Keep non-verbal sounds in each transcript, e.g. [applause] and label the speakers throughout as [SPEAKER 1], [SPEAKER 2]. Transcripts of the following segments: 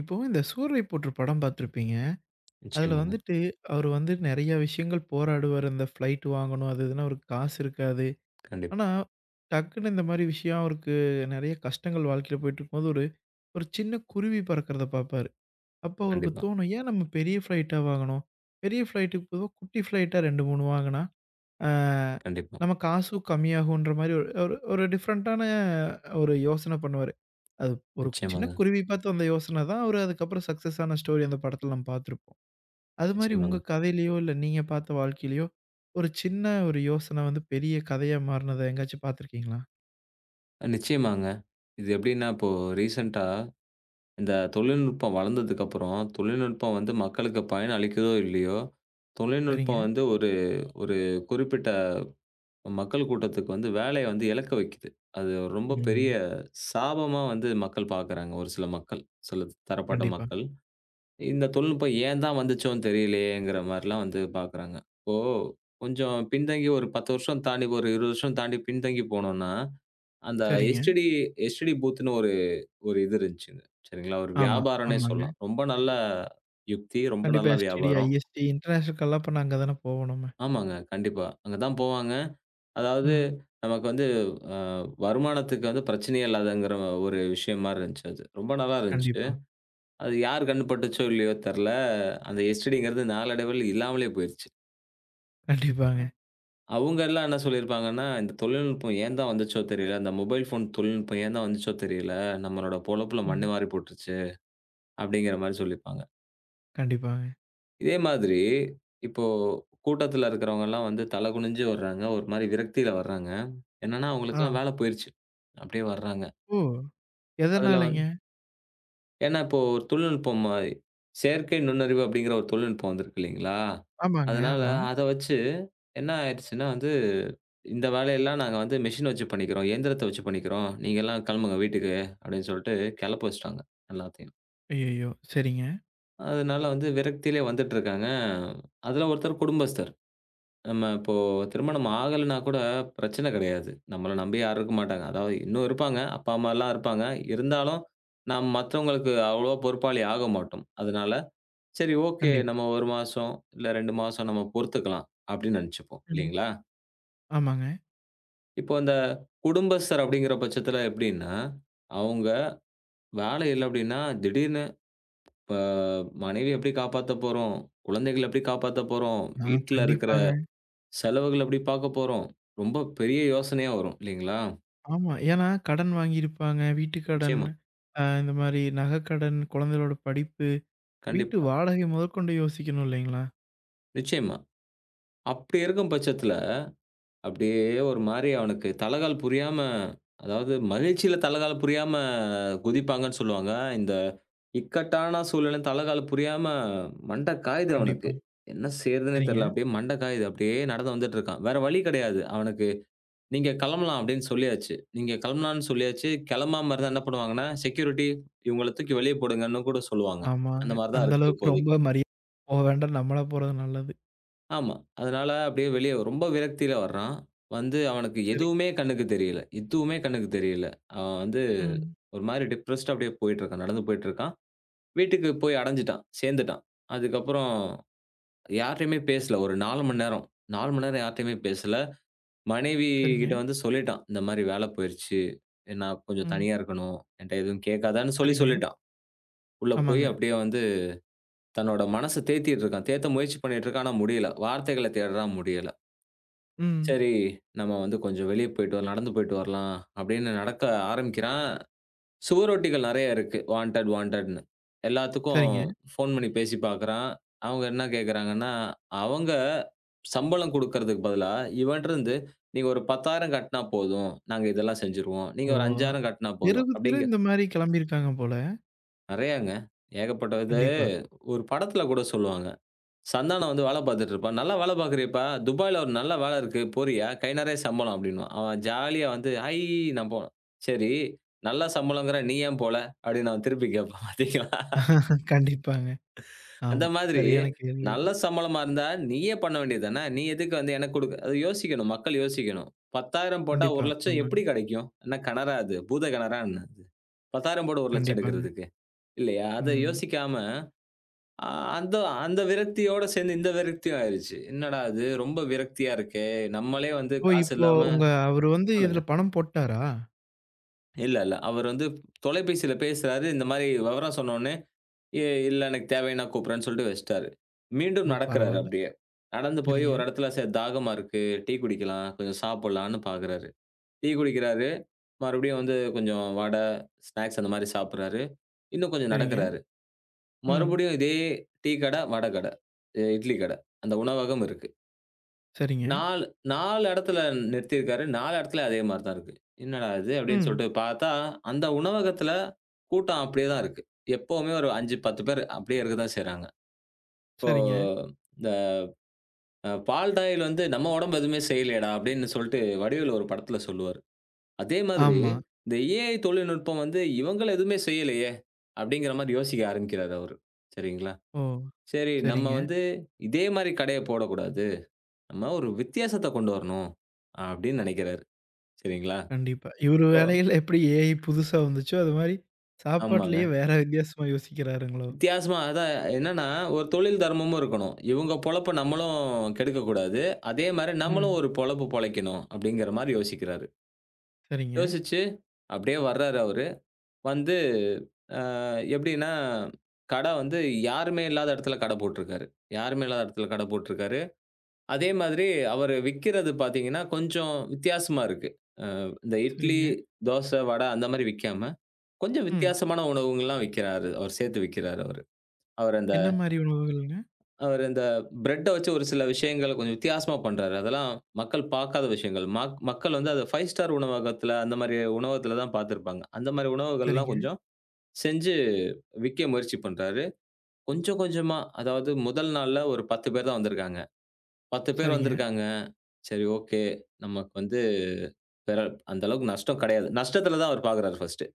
[SPEAKER 1] இப்போ இந்த சூரரை போற்று படம் பார்த்துருப்பீங்க. அதுல
[SPEAKER 2] நிச்சயமாங்க.
[SPEAKER 1] வந்துட்டு அவரு வந்து நெறைய விஷயங்கள் போராடுவாரு. இந்த ஃப்ளைட் வாங்கணும் அது இதுன்னா அவருக்கு காசு இருக்காது.
[SPEAKER 2] கண்டிப்
[SPEAKER 1] ஆனா, டக்குன்னு இந்த மாரி விஷயம் அவருக்கு நெறைய கஷ்டங்கள் வாழ்க்கையில போயிட்டுருக்கும்போது, ஒரு ஒரு சின்ன குருவி பறக்கிறத பார்ப்பாரு. அப்போ அவருக்கு
[SPEAKER 2] கண்டிப்பா,
[SPEAKER 1] தோணும், "ஏன் நம்ம பெரிய ஃப்ளைட்டா வாங்கணும்? பெரிய ஃப்ளைட்டுக்கு பொதுவா குட்டி ஃப்ளைட்டா 2, 3 வாங்குனா, ஆ
[SPEAKER 2] கண்டிப்பா.
[SPEAKER 1] நம்ம காசும் கம்மியாகுன்ற" மாரி ஒரு ஒரு ஒரு டிஃப்ரெண்ட்டான ஒரு யோசனை பண்ணுவாரு. அது ஒரு சின்ன
[SPEAKER 2] நிச்சயமாங்க,
[SPEAKER 1] குருவி பார்த்த வந்த யோசனை தான், ஒரு அதுக்கப்புறம் சக்சஸ் ஆன ஸ்டோரி அந்த படத்துல நம்ம பார்த்துருப்போம். அது மாரி உங்க
[SPEAKER 2] நிச்சயமாங்க.
[SPEAKER 1] கதையிலயோ, இல்ல நீங்க பார்த்த வாழ்க்கையிலயோ ஒரு சின்ன ஒரு யோசனை வந்து பெரிய கதையா மாறுனத எங்கேயாச்சும் பார்த்துருக்கீங்களா?
[SPEAKER 2] நிச்சயமாங்க. இது எப்படின்னா, இப்போ ரீசென்ட்டா இந்த தொழில்நுட்பம் வளர்ந்ததுக்கப்புறம், தொழில்நுட்பம் வந்து மக்களுக்கு பயன் அளிக்குதோ இல்லையோ,
[SPEAKER 1] சரிங்க.
[SPEAKER 2] தொழில்நுட்பம் வந்து ஒரு ஒரு குறிப்பிட்ட மக்கள் கூட்டத்துக்கு வந்து வேலைய வந்து இழக்க வைக்குது. அது ரொம்ப பெரிய
[SPEAKER 1] ம்.
[SPEAKER 2] சாபமா வந்து மக்கள் பார்க்குறாங்க, ஒரு சில மக்கள். சில தரப்பட்ட
[SPEAKER 1] கண்டிப்பா.
[SPEAKER 2] மக்கள். இந்த தொழில்நுட்பம் ஏன் தான் வந்துச்சோன்னு தெரியலையேங்கிற மாரிலாம் வந்து பார்க்குறாங்க. இப்போ கொஞ்சம் பின்தங்கி ஒரு 10 வருஷம் தாண்டி, ஒரு 20 வருஷம் தாண்டி பின்தங்கி போனோம்னா, அந்த
[SPEAKER 1] சரிங்க.
[SPEAKER 2] எஸ்டிடி எஸ்டிடி பூத்துன்னு ஒரு ஒரு இது இருந்துச்சுங்க. சரிங்களா? ஒரு
[SPEAKER 1] ஆமா.
[SPEAKER 2] வியாபாரம்னே
[SPEAKER 1] ஆமாங்க.
[SPEAKER 2] சொல்லலாம். ரொம்ப நல்ல யுக்தி, ரொம்ப
[SPEAKER 1] கண்டிப்பா
[SPEAKER 2] நல்ல
[SPEAKER 1] எஸ்டிடி,
[SPEAKER 2] வியாபாரம்.
[SPEAKER 1] ஐஎஸ்டி இன்டர்நேஷனல் கல்லாப்ப அங்க தானே போவோம் நம்ம.
[SPEAKER 2] ஆமாங்க, கண்டிப்பா. அங்க தான் போவாங்க. அதாவது
[SPEAKER 1] ம்.
[SPEAKER 2] நமக்கு வந்து அ வருமானத்துக்கு வந்து பிரச்சனையே இல்லாதங்கிற ஒரு விஷயம் மாரி இருந்துச்சு அது. ரொம்ப நல்லா இருந்துச்சு.
[SPEAKER 1] கண்டிப்பா.
[SPEAKER 2] அது யார் கண்ணு பட்டுச்சோ! இல்லையோ! தெர்ல. அந்த எஸ்டிடிங்கிறது நாளடைவில இல்லாமலே போயிருச்சு.
[SPEAKER 1] கண்டிப்பாங்க.
[SPEAKER 2] அவங்க எல்லாம் என்ன சொல்லியிருப்பாங்கன்னா, "இந்த தொழில்நுட்பம் ஏன் தான் வந்துச்சோ தெரியல. அந்த மொபைல் ஃபோன் தொழில்நுட்பம் ஏன் தான் வந்துச்சோ தெரியல. நம்மளோட பொழப்புல
[SPEAKER 1] ம்.
[SPEAKER 2] மண்ணு வாரி போட்டுருச்சு." அப்படிங்கிற மாரி சொல்லியிருப்பாங்க.
[SPEAKER 1] கண்டிப்பாங்க.
[SPEAKER 2] இதே மாதிரி இப்போ கூட்டத்துல இருக்கிறவங்கலாம் வந்து தல குனிஞ்சு வர்றாங்க. ஒரு மாரி விரக்தியில வர்றாங்க. என்னன்னா,
[SPEAKER 1] ஆ.
[SPEAKER 2] அவங்களுக்கெல்லாம் வேல போயிருச்சு. அப்படியே வர்றாங்க.
[SPEAKER 1] ஓ!
[SPEAKER 2] அதுல
[SPEAKER 1] எதனாலங்க?
[SPEAKER 2] வந்து ஏன்னா, இப்போ ஒரு தொழில்நுட்பம் மாரி. செயற்கை நுண்ணறிவு அப்படிங்கிற ஒரு தொழில்நுட்பம் வந்திருக்கு இல்லைங்களா?
[SPEAKER 1] ஆமாங்க.
[SPEAKER 2] அதனால
[SPEAKER 1] ஆமா.
[SPEAKER 2] அத வச்சு என்ன ஆயிடுச்சுன்னா வந்து, இந்த வேலையெல்லாம் நாங்க வந்து மெஷின் வச்சு பண்ணிக்கிறோம். இயந்திரத்த வச்சு பண்ணிக்கிறோம். நீங்க எல்லாம் கிளம்புங்க வீட்டுக்கு அப்படின்னு சொல்லிட்டு கிளப்ப வச்சுட்டாங்க எல்லாத்தையும்.
[SPEAKER 1] ஐய்யய்யோ! சரிங்க.
[SPEAKER 2] அதனால வந்து விரக்தியிலே வந்துட்டுருக்காங்க. அதுல ஒருத்தர் குடும்பஸ்தர். நம்ம இப்போ திருமணம் ஆகலைன்னா கூட பிரச்சனை கிடையாது. நம்மள நம்பி யாரும் இருக்க மாட்டாங்க. அதாவது இன்னும் இருப்பாங்க. அப்பா, அம்மாலாம் இருப்பாங்க. இருந்தாலும் நாம் மத்தவங்களுக்கு அவ்வளவா பொறுப்பாளி ஆக மாட்டோம். அதனால சரி ஓகே.
[SPEAKER 1] கண்டிப்பா.
[SPEAKER 2] நம்ம 1 மாசம், இல்ல 2 மாசம் நம்ம பொறுத்துக்கலாம் அப்படின்னு நெனச்சுப்போம்.
[SPEAKER 1] ம்.
[SPEAKER 2] இல்லீங்களா?
[SPEAKER 1] ஆமாங்க.
[SPEAKER 2] இப்போ அந்த குடும்பஸ்தர் அப்படிங்கிற பட்சத்தில எப்படின்னா, அவங்க வேலை இல்ல அப்படின்னா, திடீர்னு இப்ப மனைவிய எப்படி காப்பாத்தப் போறோம்? குழந்தைகள எப்படி காப்பாத்தப் போறோம்?
[SPEAKER 1] ஆ
[SPEAKER 2] வீட்ல இருக்கிற
[SPEAKER 1] கண்டிப்பாங்க.
[SPEAKER 2] செலவுகள எப்படி பார்க்கப் போறோம்? ரொம்ப பெரிய யோசனையா வரும் இல்லீங்களா?
[SPEAKER 1] ஆமா. ஏன்னா கடன் வாங்கியிருப்பாங்க. வீட்டு கடன்,
[SPEAKER 2] நிச்சயமா.
[SPEAKER 1] இந்த மாரி நகைக்கடன், குழந்தைகளோட படிப்பு, வீட்டு
[SPEAKER 2] கண்டிப்பா.
[SPEAKER 1] வாடகை முதற்கொண்டு யோசிக்கணும் இல்லைங்களா?
[SPEAKER 2] நிச்சயமா. அப்படி இருக்கும் பட்சத்தில அப்படியே ஒரு மாரி அவனுக்கு தலகால் புரியாம, அதாவது மகிழ்ச்சியில தலகால் புரியாம குதிப்பாங்கன்னு சொல்லுவாங்க. இந்த இக்கட்டான சூழ்நிலையில தலகால் புரியாம மண்ட காயுது அவனுக்கு.
[SPEAKER 1] கண்டிப்பா.
[SPEAKER 2] என்ன செய்றதுன்னே
[SPEAKER 1] சரிங்க.
[SPEAKER 2] தெரியல. அப்படியே மண்ட காயுது. அப்படியே நடந்து வந்துட்டு இருக்கான். வேற வழி கிடையாது. அவனுக்கு "நீங்க கிளம்பலாம்" அப்படின்னு சொல்லியாச்சு. நீங்க கிளம்பலாம்ன்னு சொல்லியாச்சு. கிளம்பாம இருந்தா என்ன பண்ணுவாங்கன்னா, செக்யூரிட்டி இவங்கள தூக்கி வெளிய போடுங்கன்னு கூட சொல்லுவாங்க.
[SPEAKER 1] ஆமாங்க.
[SPEAKER 2] அந்த மாரி தான்
[SPEAKER 1] அந்த
[SPEAKER 2] இருக்கு
[SPEAKER 1] அளவுக்கு
[SPEAKER 2] இப்போதைக்கு.
[SPEAKER 1] ரொம்ப மரியா போ வேண்டாம். நம்மளா போறது நல்லது.
[SPEAKER 2] ஆமா. அதனால அப்படியே வெளிய ரொம்ப விரக்தியில வர்றான். வந்து அவனுக்கு
[SPEAKER 1] சரி.
[SPEAKER 2] எதுவுமே கண்ணுக்கு தெரியல. எதுவுமே கண்ணுக்கு தெரியல. அவன் வந்து
[SPEAKER 1] ம்.
[SPEAKER 2] ஒரு மாரி டிப்ரஸ்டா அப்படியே போயிட்டுருக்கான். நடந்து போயிட்டுருக்கான். வீட்டுக்கு போய் அடைஞ்சுட்டான். சேர்ந்துட்டான். அதுக்கப்புறம் யார்ட்டயுமே பேசல. ஒரு 4 மணி நேரம். 4 மணி நேரம் யார்ட்டயுமே பேசல. மனைவி
[SPEAKER 1] சரிங்க.
[SPEAKER 2] கிட்ட வந்து சொல்லிட்டான். இந்த மாரி வேல போயிருச்சு. நான் கொஞ்சம்
[SPEAKER 1] ம்.
[SPEAKER 2] தனியா இருக்கணும். என்ட்ட எதுவும் கேட்காதன்னு சொல்லி
[SPEAKER 1] சரிங்க.
[SPEAKER 2] சொல்லிட்டான். உள்ள போய்
[SPEAKER 1] ஆமாங்க.
[SPEAKER 2] அப்படியே வந்து தன்னோட மனச தேத்திட்டு இருக்கான். தேத்த முயற்சி பண்ணிட்டு இருக்கான். ஆனா முடியல. வார்த்தைகள தேடுறான் முடியல.
[SPEAKER 1] ம்.
[SPEAKER 2] சரி, நம்ம வந்து கொஞ்சம் வெளிய போயிட்டு வரலாம், நடந்து போயிட்டு வரலாம் அப்படின்னு நடக்க ஆரம்பிக்கிறான். சுவரொட்டிகள் நெறைய இருக்கு. வாண்டட், வாண்டட்ன்னு. எல்லாத்துக்கும்
[SPEAKER 1] சரிங்க.
[SPEAKER 2] ஃபோன் பண்ணி பேசி பார்க்குறான். அவங்க என்ன கேட்குறாங்கன்னா, அவங்க சம்பளம் குடுக்கறதுக்கு பதிலா, இவன்ட்டருந்து "நீங்க ஒரு 10,000 கட்டுனா போதும். நாங்க இதெல்லாம் செஞ்சுருவோம். நீங்க
[SPEAKER 1] ஓ!
[SPEAKER 2] ஒரு 5,000 கட்டுனா போதும்."
[SPEAKER 1] தெருவுக்கு தெரு
[SPEAKER 2] அப்படிங்க
[SPEAKER 1] இந்த மாரி கிளம்பியிருக்காங்க போல.
[SPEAKER 2] நெறையாங்க. ஏகப்பட்டது.
[SPEAKER 1] கண்டிப்பா.
[SPEAKER 2] ஒரு படத்துல கூட சொல்லுவாங்க. சந்தானம் வந்து வேல பார்த்துட்டு இருப்பான். "நல்லா வேல பார்க்குறியேப்பா! துபாய்ல ஒரு நல்ல வேல இருக்கு. போறியா? கை நெறைய சம்பளம்" அப்படின்னுவான். அவன் ஜாலியா வந்து, "ஐ" நான் போவேன். "சரி, நல்ல சம்பளம்ங்கிற நீ ஏன் போல?" அப்படின்னு அவன் திருப்பி கேட்பான் பார்த்தீங்களா?
[SPEAKER 1] [laughs] கண்டிப்பாங்க.
[SPEAKER 2] அந்த
[SPEAKER 1] ஆமா.
[SPEAKER 2] மாதிரி
[SPEAKER 1] சரியான கேள்வி.
[SPEAKER 2] நல்ல சம்பளமா இருந்தா நீயே பண்ண வேண்டியது தானே! நீ எதுக்கு வந்து எனக்கு குடுக்க அது யோசிக்கணும். மக்கள் யோசிக்கணும். 10,000 போட்டா
[SPEAKER 1] கண்டிப்பா.
[SPEAKER 2] 1,00,000
[SPEAKER 1] ஆமாங்க.
[SPEAKER 2] எப்படி கெடைக்கும்? என்ன கெணறா அது? பூத கெணறா என்ன அது? 10,000 போட்டு 1,00,000
[SPEAKER 1] கண்டிப்பாங்க.
[SPEAKER 2] எடுக்கிறதுக்கு. இல்லையா? அத
[SPEAKER 1] ம்.
[SPEAKER 2] யோசிக்காம ஆ அந்த அந்த விரக்தியோட சேர்ந்து இந்த விரக்தியும் ஆயிருச்சு. என்னடா இது ரொம்ப விரக்தியா இருக்கே! நம்மளே வந்து
[SPEAKER 1] ஓ!
[SPEAKER 2] காசு
[SPEAKER 1] இப்போ
[SPEAKER 2] இல்லாம
[SPEAKER 1] உங்க அவரு வந்து இதுல
[SPEAKER 2] சொல்லுங்க.
[SPEAKER 1] பணம் போட்டாரா?
[SPEAKER 2] இல்ல, இல்ல. அவரு வந்து தொலைபேசியில பேசுறாரு. இந்த மாரி விவரம் சொன்னோனே, "இ இல்ல எனக்கு தேவைன்னா கூப்பிடுறேன்னு" சொல்லிட்டு வச்சுட்டாரு. மீண்டும்
[SPEAKER 1] ஓ!
[SPEAKER 2] நடக்குறாரு
[SPEAKER 1] பரவால்ல.
[SPEAKER 2] அப்படியே. நடந்து போய்
[SPEAKER 1] சரிங்க,
[SPEAKER 2] ஒரு இடத்துல சரி தாகமா இருக்கு. டீ குடிக்கலாம். கொஞ்சம் சாப்பிடலான்னு பார்க்குறாரு. டீ குடிக்கிறாரு. மறுபடியும் வந்து கொஞ்சம் வடை, ஸ்நாக்ஸ் அந்த மாரி சாப்பிடுறாரு. இன்னும் கொஞ்சம்
[SPEAKER 1] சரிங்க.
[SPEAKER 2] நடக்குறாரு.
[SPEAKER 1] ம்.
[SPEAKER 2] மறுபடியும் இதே டீ கடை, வடை கடை, இட்லி கடை. அந்த உணவகம் இருக்கு.
[SPEAKER 1] சரிங்க.
[SPEAKER 2] நாலு 4 இடத்துல நிறுத்தியிருக்காரு. 4 இடத்துலயும் அதே மாரி தான் இருக்கு. "என்னடா இது?" அப்படின்னு
[SPEAKER 1] ம்.
[SPEAKER 2] சொல்லிட்டு பார்த்தா, அந்த உணவகத்துல கூட்டம் அப்படியே தான் இருக்கு. எப்பவுமே ஒரு 5, 10 பேர் அப்படியே இருக்க தான் செய்றாங்க. இப்போ
[SPEAKER 1] சரிங்க.
[SPEAKER 2] இந்த பால்டாயில் வந்து "நம்ம உடம்பு எதுவுமே செய்யலையேடா" அப்படின்னு சொல்லிட்டு வடிவேலு ஒரு படத்துல சொல்லுவாரு. அதே மாதிரி
[SPEAKER 1] ஆமா.
[SPEAKER 2] இந்த ஏஐ தொழில்நுட்பம் வந்து "இவங்கள எதுவுமே செய்யலையே!" அப்படிங்கிற மாரி யோசிக்க ஆரம்பிக்கிறாரு அவரு. சரிங்களா?
[SPEAKER 1] ஓ!
[SPEAKER 2] சரி நம்ம
[SPEAKER 1] சரிங்க.
[SPEAKER 2] வந்து இதே மாரி கடைய போடக்கூடாது. நம்ம ஒரு வித்தியாசத்த கொண்டு வரணும் அப்படின்னு நெனைக்கிறாரு. சரிங்களா?
[SPEAKER 1] கண்டிப்பா. இவரு
[SPEAKER 2] ஓ!
[SPEAKER 1] வேலையில எப்படி ஏஐ புதுசா வந்துச்சோ, அது மாரி
[SPEAKER 2] ஆமாங்க.
[SPEAKER 1] சாப்பாட்லயே வேற வித்தியாசமா யோசிக்கிறாருங்களோ?
[SPEAKER 2] வித்தியாசமா அதான் என்னன்னா, ஒரு தொழில் தர்மமும் இருக்கணும். இவங்க பொழப்ப நம்மளும் கெடுக்கக் கூடாது. அதே மாரி நம்மளும்
[SPEAKER 1] ம்.
[SPEAKER 2] ஒரு பொழப்பு பொழைக்கணும் அப்படிங்கிற மாரி யோசிக்கிறாரு.
[SPEAKER 1] சரிங்க,
[SPEAKER 2] யோசிச்சு அப்படியே வர்றாரு அவரு. வந்து அ எப்படின்னா, கடை வந்து யாருமே இல்லாத இடத்துல கடை போட்டுருக்காரு. யாருமே இல்லாத இடத்துல கடை போட்டுருக்காரு. அதே மாதிரி அவரு விக்கிறது பார்த்தீங்கன்னா, கொஞ்சம் வித்தியாசமா இருக்கு. அ இந்த இட்லி,
[SPEAKER 1] சரிங்க.
[SPEAKER 2] தோசை, வடை அந்த மாரி விக்காம, கொஞ்சம்
[SPEAKER 1] ம்.
[SPEAKER 2] வித்தியாசமான உணவுங்கள்லாம் விக்கிறாரு. அவர் சேர்த்து விக்கிறாரு அவரு. அவரு அந்த
[SPEAKER 1] என்ன மாரி உணவுகள்ங்க?
[SPEAKER 2] அவரு அந்த பிரெட்ட வச்சு ஒரு சில விஷயங்கள கொஞ்சம் வித்தியாசமா பண்றாரு. அதெல்லாம் மக்கள் பார்க்காத விஷயங்கள். மக்கள் வந்து அத 5 ஸ்டார் உணவகத்துல, அந்த மாரி உணவகத்துல தான் பார்த்திருப்பாங்க. அந்த மாரி உணவுகள்லாம்
[SPEAKER 1] சரிங்க,
[SPEAKER 2] கொஞ்சம் செஞ்சு விக்க முயற்சி பண்றாரு. கொஞ்சம் கொஞ்சமா, அதாவது முதல் நாள்ல ஒரு 10 பேர் தான் வந்திருக்காங்க. 10 பேர்
[SPEAKER 1] சரிங்க.
[SPEAKER 2] வந்திருக்காங்க. சரி ஓகே. நமக்கு வந்து பெர அந்த அளவுக்கு நஷ்டம் கிடையாது. நஷ்டத்துல தான் அவர் பார்க்குறாரு ஃபர்ஸ்ட்டு.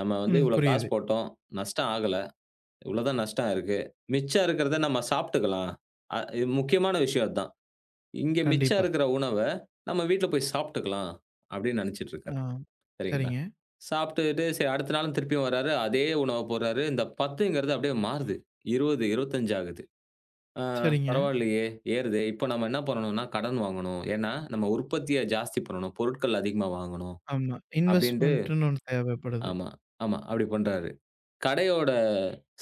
[SPEAKER 2] நம்ம வந்து
[SPEAKER 1] ம்.
[SPEAKER 2] இவ்வளோ காசு
[SPEAKER 1] புரியுது.
[SPEAKER 2] போட்டோம். நஷ்டம் ஆகல. இவ்வளோதான் நஷ்டம் இருக்கு. மிச்சம் இருக்கிறத நம்ம சாப்பிட்டுக்கலாம். இது முக்கியமான விஷயம் அதான். இங்க மிச்சம்
[SPEAKER 1] கண்டிப்பா.
[SPEAKER 2] இருக்கிற உணவ நம்ம வீட்ல போய் சாப்பிட்டுக்கலாம் அப்படின்னு நினைச்சுட்டு
[SPEAKER 1] ஆ.
[SPEAKER 2] இருக்காரு. சரிங்களா?
[SPEAKER 1] சரிங்க,
[SPEAKER 2] சாப்பிட்டுட்டு சரி அடுத்த நாளும் திருப்பியும் வர்றாரு. அதே உணவ போடுறாரு. இந்த 10ங்கிறது அப்படியே மாறுது. 20, 25 ஆகுது. ஆ
[SPEAKER 1] சரிங்க.
[SPEAKER 2] பரவாயில்லையே ஏறுதே. இப்போ நம்ம என்ன பண்ணணும்னா கடன் வாங்கணும். ஏன்னா நம்ம உற்பத்திய ஜாஸ்தி பண்ணணும். பொருட்கள் அதிகமா வாங்கணும்.
[SPEAKER 1] ஆமா.
[SPEAKER 2] அப்படின்ட்டு
[SPEAKER 1] இன்வெஸ்ட்மென்ட்ன்னு ஒண்ணு தேவைப்படுது.
[SPEAKER 2] ஆமா, ஆமா. அப்படி பண்றாரு. கடையோட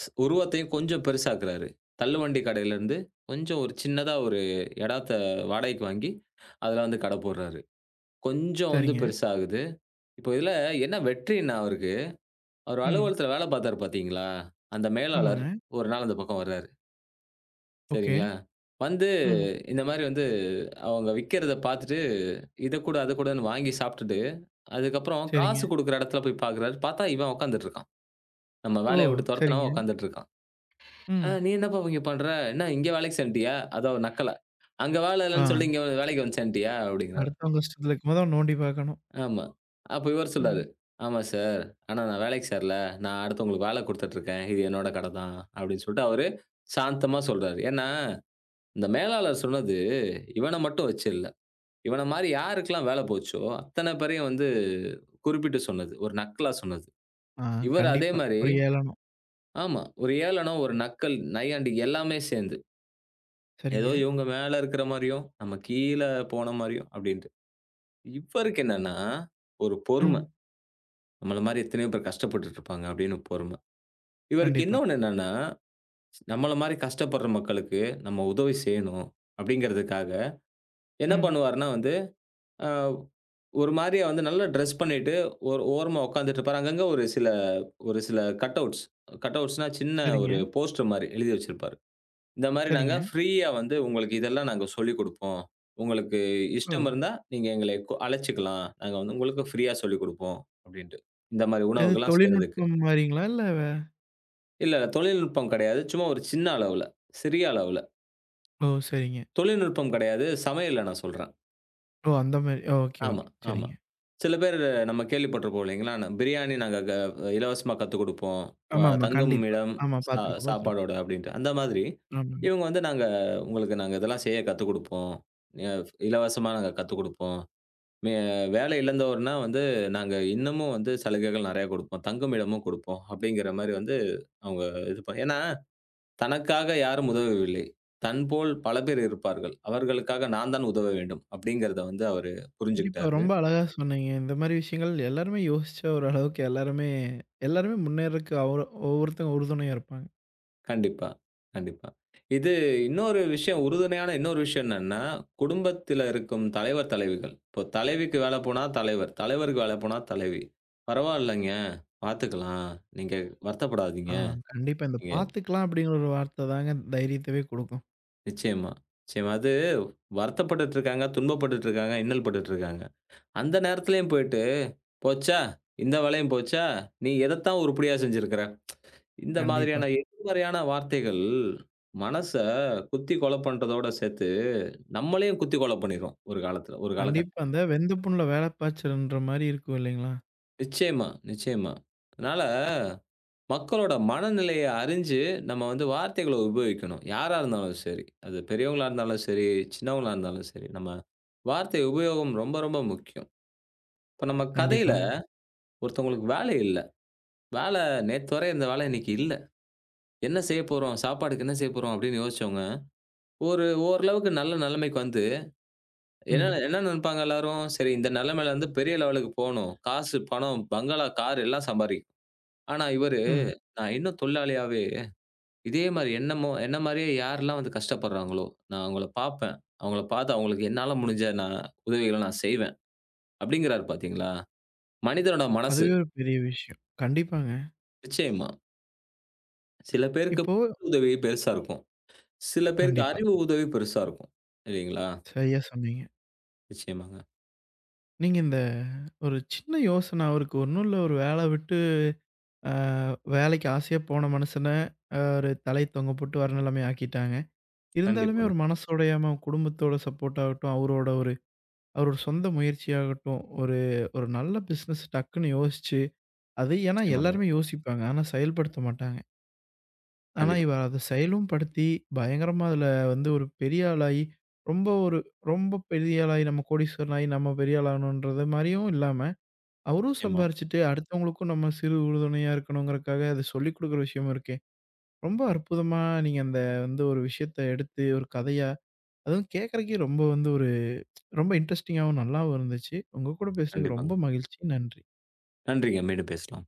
[SPEAKER 2] உருவத்தையும் கொஞ்சம் பெருசாக்குறாரு. தள்ளுவண்டி கடையிலருந்து கொஞ்சம் ஒரு சின்னதா ஒரு எடத்த வாடகைக்கு வாங்கி, அதுல வந்து கடை போடுறாரு. கொஞ்சம் வந்து
[SPEAKER 1] சரிங்க.
[SPEAKER 2] பெருசாகுது. இப்போ இதுல என்ன வெற்றின்னா அவருக்கு, அவர்
[SPEAKER 1] ம்.
[SPEAKER 2] அலுவலகத்துல வேலை பார்த்தாரு பார்த்தீங்களா? அந்த மேலாளர்
[SPEAKER 1] ஆமாங்க.
[SPEAKER 2] ஒரு நாள் அந்த பக்கம் வர்றாரு.
[SPEAKER 1] ஓகே.
[SPEAKER 2] சரிங்களா? வந்து
[SPEAKER 1] ம்.
[SPEAKER 2] இந்த மாரி வந்து அவங்க விக்கிறத பார்த்துட்டு, இத குடு, அத குடுன்னு வாங்கி சாப்ட்டுட்டு, அதுக்கப்புறம் காசு
[SPEAKER 1] சரிங்க.
[SPEAKER 2] குடுக்குற எடத்துல போய் பார்க்குறாரு. பார்த்தா இவன் உட்கார்ந்துட்டு இருக்கான். நம்ம
[SPEAKER 1] ஓ!
[SPEAKER 2] வேலைய விட்டு
[SPEAKER 1] சரிங்க.
[SPEAKER 2] தொரத்துனவன் உட்கார்ந்துட்டு இருக்கான்.
[SPEAKER 1] ம்.
[SPEAKER 2] "நீ என்னப்பா இங்க பண்ற? என்ன இங்க வேலைக்கு சேர்ந்துட்டியா?" அதோ நக்கலா. "அங்க வேலை இல்லன்னு சொல்லி
[SPEAKER 1] ஆ.
[SPEAKER 2] இங்க வந்து வேலைக்கு வந்து சேர்ந்துட்டியா?" அப்படிங்கிறாரு.
[SPEAKER 1] அடுத்தவங்க இஷ்டத்துல இருக்கும்போது அவன் நோண்டி பார்க்கணும்.
[SPEAKER 2] ஆமா. அப்ப இவர் சொல்றாரு,
[SPEAKER 1] ம்.
[SPEAKER 2] "ஆமா சார். ஆனா நான் வேலைக்கு சேரல. நான் அடுத்தவங்களுக்கு வேலை குடுத்துட்டு இருக்கேன். இது என்னோட கடை தான்." அப்படின்னு சொல்லிட்டு அவரு சாந்தமா சொல்றாரு. ஏன்னா, இந்த மேலாளர் சொன்னது இவன மட்டும் வச்சு இல்ல. இவன மாரி யாருக்கெல்லாம் வேலை போச்சோ, அத்தன பேரையும் வந்து குறிப்பிட்டு சொன்னது. ஒரு நக்கலா சொன்னது.
[SPEAKER 1] ஆ
[SPEAKER 2] இவர் அதே
[SPEAKER 1] கண்டிப்பா.
[SPEAKER 2] மாரி
[SPEAKER 1] ஒரு ஏளனம்.
[SPEAKER 2] ஆமா. ஒரு ஏளனம், ஒரு நக்கல், நையாண்டி எல்லாமே சேர்ந்து. ஏதோ
[SPEAKER 1] சரிங்க.
[SPEAKER 2] இவங்க மேல இருக்கிற மாரியும், நம்ம கீழ போன மாரியும் அப்டின்ட்டு. இவருக்கு என்னன்னா, ஒரு பொறும.
[SPEAKER 1] ம்.
[SPEAKER 2] நம்மள மாரி எத்தனையோ பேர் கஷ்டப்பட்டுட்டு இருப்பாங்க அப்டின்னு பொறும. இவருக்கு
[SPEAKER 1] கண்டிப்பா.
[SPEAKER 2] இன்னொன்னு என்னன்னா, நம்மள மாரி கஷ்டப்படுற மக்களுக்கு நம்ம உதவி செய்யணும் அப்டிங்கிறதுக்காக என்ன
[SPEAKER 1] ம்.
[SPEAKER 2] பண்ணுவாருன்னா வந்து, அ ஒரு மாரியா வந்து நல்லா ட்ரெஸ் பண்ணிட்டு ஒரு ஓரமா உட்கார்ந்துட்டு இருப்பாரு. அங்கங்க ஒரு சில கட்அவுட்ஸ், கட்அவுட்ஸ்னா சின்ன
[SPEAKER 1] சரிங்க,
[SPEAKER 2] ஒரு போஸ்டர் மாரி எழுதி வச்சிருப்பாரு. இந்த மாரி நாங்க
[SPEAKER 1] சரிங்க.
[SPEAKER 2] ஃப்ரீயா வந்து உங்களுக்கு இதெல்லாம் நாங்க சொல்லிக் குடுப்போம். உங்களுக்கு
[SPEAKER 1] ஓ!
[SPEAKER 2] இஷ்டம் இருந்தா நீங்க எங்களை அழைச்சுக்கலாம். நாங்க வந்து உங்களுக்கு ஃப்ரீயா சொல்லிக் குடுப்போம் அப்டின்ட்டு. இந்த மாரி
[SPEAKER 1] இது
[SPEAKER 2] உணவுகள்லாம் செய்றதுக்கு.
[SPEAKER 1] தொழில்நுட்பம் மாரிங்களா? இல்ல வே
[SPEAKER 2] இல்ல தொழில்நுட்பம் கெடையாது. சும்மா ஒரு சின்ன அளவுல, சிறிய அளவுல.
[SPEAKER 1] ஓ! சரிங்க.
[SPEAKER 2] தொழில்நுட்பம் கெடையாது. சமையல்ல நான் சொல்றேன்.
[SPEAKER 1] ஓ! அந்த மாரி. ஓகே,
[SPEAKER 2] ஆமா,
[SPEAKER 1] ஓகே.
[SPEAKER 2] ஆமா.
[SPEAKER 1] சரிங்க.
[SPEAKER 2] சில பேர் நம்ம கேள்விப்பட்டிருப்போம் இல்லைங்களா? பிரியாணி நாங்க இலவசமா கத்துக் குடுப்போம்.
[SPEAKER 1] ஆமாமா.
[SPEAKER 2] தங்கும்
[SPEAKER 1] கண்டிப்பா.
[SPEAKER 2] இடம்
[SPEAKER 1] ஆமா.
[SPEAKER 2] சா
[SPEAKER 1] பார்த்துருக்கோம், பார்த்துருக்கோம்.
[SPEAKER 2] சாப்பாடோட அப்படின்ட்டு. அந்த மாதிரி
[SPEAKER 1] ஆமாங்க.
[SPEAKER 2] இவங்க வந்து நாங்க உங்களுக்கு நாங்க இதெல்லாம் செய்ய கத்துக் குடுப்போம். அ இலவசமா நாங்க கத்துக் குடுப்போம். மே வேலை இழந்தோர்னா வந்து நாங்க இன்னமும் வந்து சலுகைகள் நெறைய குடுப்போம். தங்கும் இடமும் குடுப்போம். அப்படிங்கிற மாரி வந்து அவங்க இது ஏன்னா தனக்காக யாரும் உதவவில்லை. தன்போல் பல பேர் இருப்பார்கள். அவர்களுக்காக நான் தான் உதவ வேண்டும். அப்படிங்கிறத வந்து அவரு
[SPEAKER 1] கண்டிப்பா.
[SPEAKER 2] புரிஞ்சுகிட்டாரு.
[SPEAKER 1] ரொம்ப அழகா சொன்னீங்க. இந்த மாரி விஷயங்கள் எல்லாருமே யோசிச்சா ஓரளவுக்கு எல்லாருமே எல்லாருமே முன்னேறக்கு அவரு ஒவ்வொருத்தங்க உறுதுணையா இருப்பாங்க.
[SPEAKER 2] கண்டிப்பா, கண்டிப்பா. இது இன்னொரு விஷயம் உறுதுணையான இன்னொரு விஷயம் என்னன்னா, குடும்பத்தில இருக்கும் தலைவர், தலைவிகள். இப்போ தலைவிக்கு வேல போனா தலைவர், தலைவருக்கு வேல போனா தலைவி. பரவாயில்லங்க, பாத்துக்கலாம். நீங்க
[SPEAKER 1] ஆ,
[SPEAKER 2] வருத்தப்படாதீங்க.
[SPEAKER 1] கண்டிப்பா. இந்த
[SPEAKER 2] நீங்க
[SPEAKER 1] பார்த்துக்கலாம் அப்படிங்கிற ஒரு வார்த்த தாங்க தைரியத்தவே குடுக்கும்.
[SPEAKER 2] நிச்சயமா, நிச்சயமா. அது வருத்தப்பட்டுட்டு இருக்காங்க, துன்பப்பட்டுட்டு இருக்காங்க, இன்னல் பட்டுட்டு இருக்காங்க. அந்த நேரத்திலயும் போயிட்டு, "போச்சா, இந்த வேலையும் போச்சா, நீ எதத்தான் உருப்படியா செஞ்சிருக்கிற?" இந்த
[SPEAKER 1] கண்டிப்பா.
[SPEAKER 2] மாதிரியான எதிர்மறையான வார்த்தைகள் மனச குத்தி கொலை பண்றதோட சேர்த்து நம்மளையும் குத்தி கொலை பண்ணிரும். ஒரு காலத்துல ஒரு காலகட்டம்.
[SPEAKER 1] கண்டிப்பா அந்த வெந்த புண்ல வேல பாய்ச்சல்ன்ற மாரி இருக்கும் இல்லைங்களா?
[SPEAKER 2] நிச்சயமா, நிச்சயமா. அதனால மக்களோட மனநிலைய அறிஞ்சு, நம்ம வந்து வார்த்தைகள உபயோகிக்கணும். யாரா இருந்தாலும் சரி. அது பெரியவங்களா இருந்தாலும் சரி, சின்னவங்களா இருந்தாலும் சரி. நம்ம வார்த்தை உபயோகம் ரொம்ப, ரொம்ப முக்கியம். இப்ப நம்ம கதையில
[SPEAKER 1] கண்டிப்பாங்க.
[SPEAKER 2] ஒருத்தவங்களுக்கு வேலை இல்ல. வேலை நேத்து வரை இருந்த வேலை இன்னைக்கு இல்ல. என்ன செய்ய போறோம்? சாப்பாடுக்கு என்ன செய்ய போறோம்? அப்படின்னு யோசிச்சவங்க, ஒரு ஓரளவுக்கு நல்ல நிலைமைக்கு வந்து என்ன
[SPEAKER 1] ம்,
[SPEAKER 2] என்ன நினைப்பாங்க எல்லாரும்? சரி இந்த நிலைமையில இருந்து பெரிய லெவலுக்கு போணும். காசு, பணம், பங்களா, கார் எல்லாம் சம்பாரிக்கணும். ஆனா இவரு,
[SPEAKER 1] ம்.
[SPEAKER 2] நான் இன்னும் தொழிலாளியாவே, இதே மாரி என்னமோ என்ன மாரியே யாரெல்லாம் வந்து கஷ்டப்படுறாங்களோ, நான் அவங்கள பார்ப்பேன். அவங்கள பார்த்து அவங்களுக்கு என்னால முடிஞ்ச நான் உதவிகள நான் செய்வேன். அப்படிங்கிறாரு பார்த்தீங்களா? மனிதனோட மனசு
[SPEAKER 1] அதுவே ஒரு பெரிய விஷயம். கண்டிப்பாங்க.
[SPEAKER 2] நிச்சயமா. சில பேருக்கு
[SPEAKER 1] இப்போ
[SPEAKER 2] பொருள் உதவி பெருசா இருக்கும். சில பேருக்கு
[SPEAKER 1] கண்டிப்பா.
[SPEAKER 2] அறிவு உதவி பெருசா இருக்கும். இல்லைங்களா?
[SPEAKER 1] சரியா சொன்னீங்க.
[SPEAKER 2] நிச்சயமாங்க.
[SPEAKER 1] நீங்க இந்த ஒரு சின்ன யோசனை அவருக்கு ஒண்ணும் இல்ல ஒரு வேல விட்டு அ வேலைக்கு ஆசையா போன மனுஷன அ ஒரு தலை தொங்க போட்டு வர நிலைமை ஆக்கிட்டாங்க. இருந்தாலுமே
[SPEAKER 2] கண்டிப்பாங்க.
[SPEAKER 1] ஒரு மனசோடையாம குடும்பத்தோட சப்போர்ட் ஆகட்டும், அவரோட ஒரு அவரோட சொந்த முயற்சியாகட்டும், ஒரு ஒரு நல்ல பிசினஸ் டக்குன்னு யோசிச்சு, அது ஏன்னா
[SPEAKER 2] நிச்சயமாங்க.
[SPEAKER 1] எல்லாருமே யோசிப்பாங்க. ஆனா செயல்படுத்த மாட்டாங்க. ஆனா
[SPEAKER 2] கண்டிப்பா.
[SPEAKER 1] இவர் அத செயலும் படுத்தி, பயங்கரமா அதுல வந்து ஒரு பெரிய ஆளாகி, ரொம்ப ஒரு ரொம்ப பெரிய ஆளாகி, நம்ம கோடீஸ்வரன் ஆகி, நம்ம பெரிய ஆளாகணுன்றது மாரியும் இல்லாம, அவரும்
[SPEAKER 2] நிச்சயமா.
[SPEAKER 1] சம்பாரிச்சுட்டு அடுத்தவங்களுக்கும் நம்ம சிறு உறுதுணையா இருக்கணுங்கிறதுக்காக, அத சொல்லிக் குடுக்குற விஷயமும் இருக்கே. ரொம்ப அற்புதமா நீங்க அந்த வந்து ஒரு விஷயத்த எடுத்து ஒரு கதையா அதுவும் கேட்கறக்கே ரொம்ப வந்து ஒரு ரொம்ப இன்ட்ரஸ்டிங்காவும் நல்லாவும் இருந்துச்சு. உங்க கூட பேசினதுக்கு ரொம்ப
[SPEAKER 2] கண்டிப்பாங்க.
[SPEAKER 1] மகிழ்ச்சி. நன்றி.
[SPEAKER 2] நன்றிங்க. மீண்டும் பேசலாம்.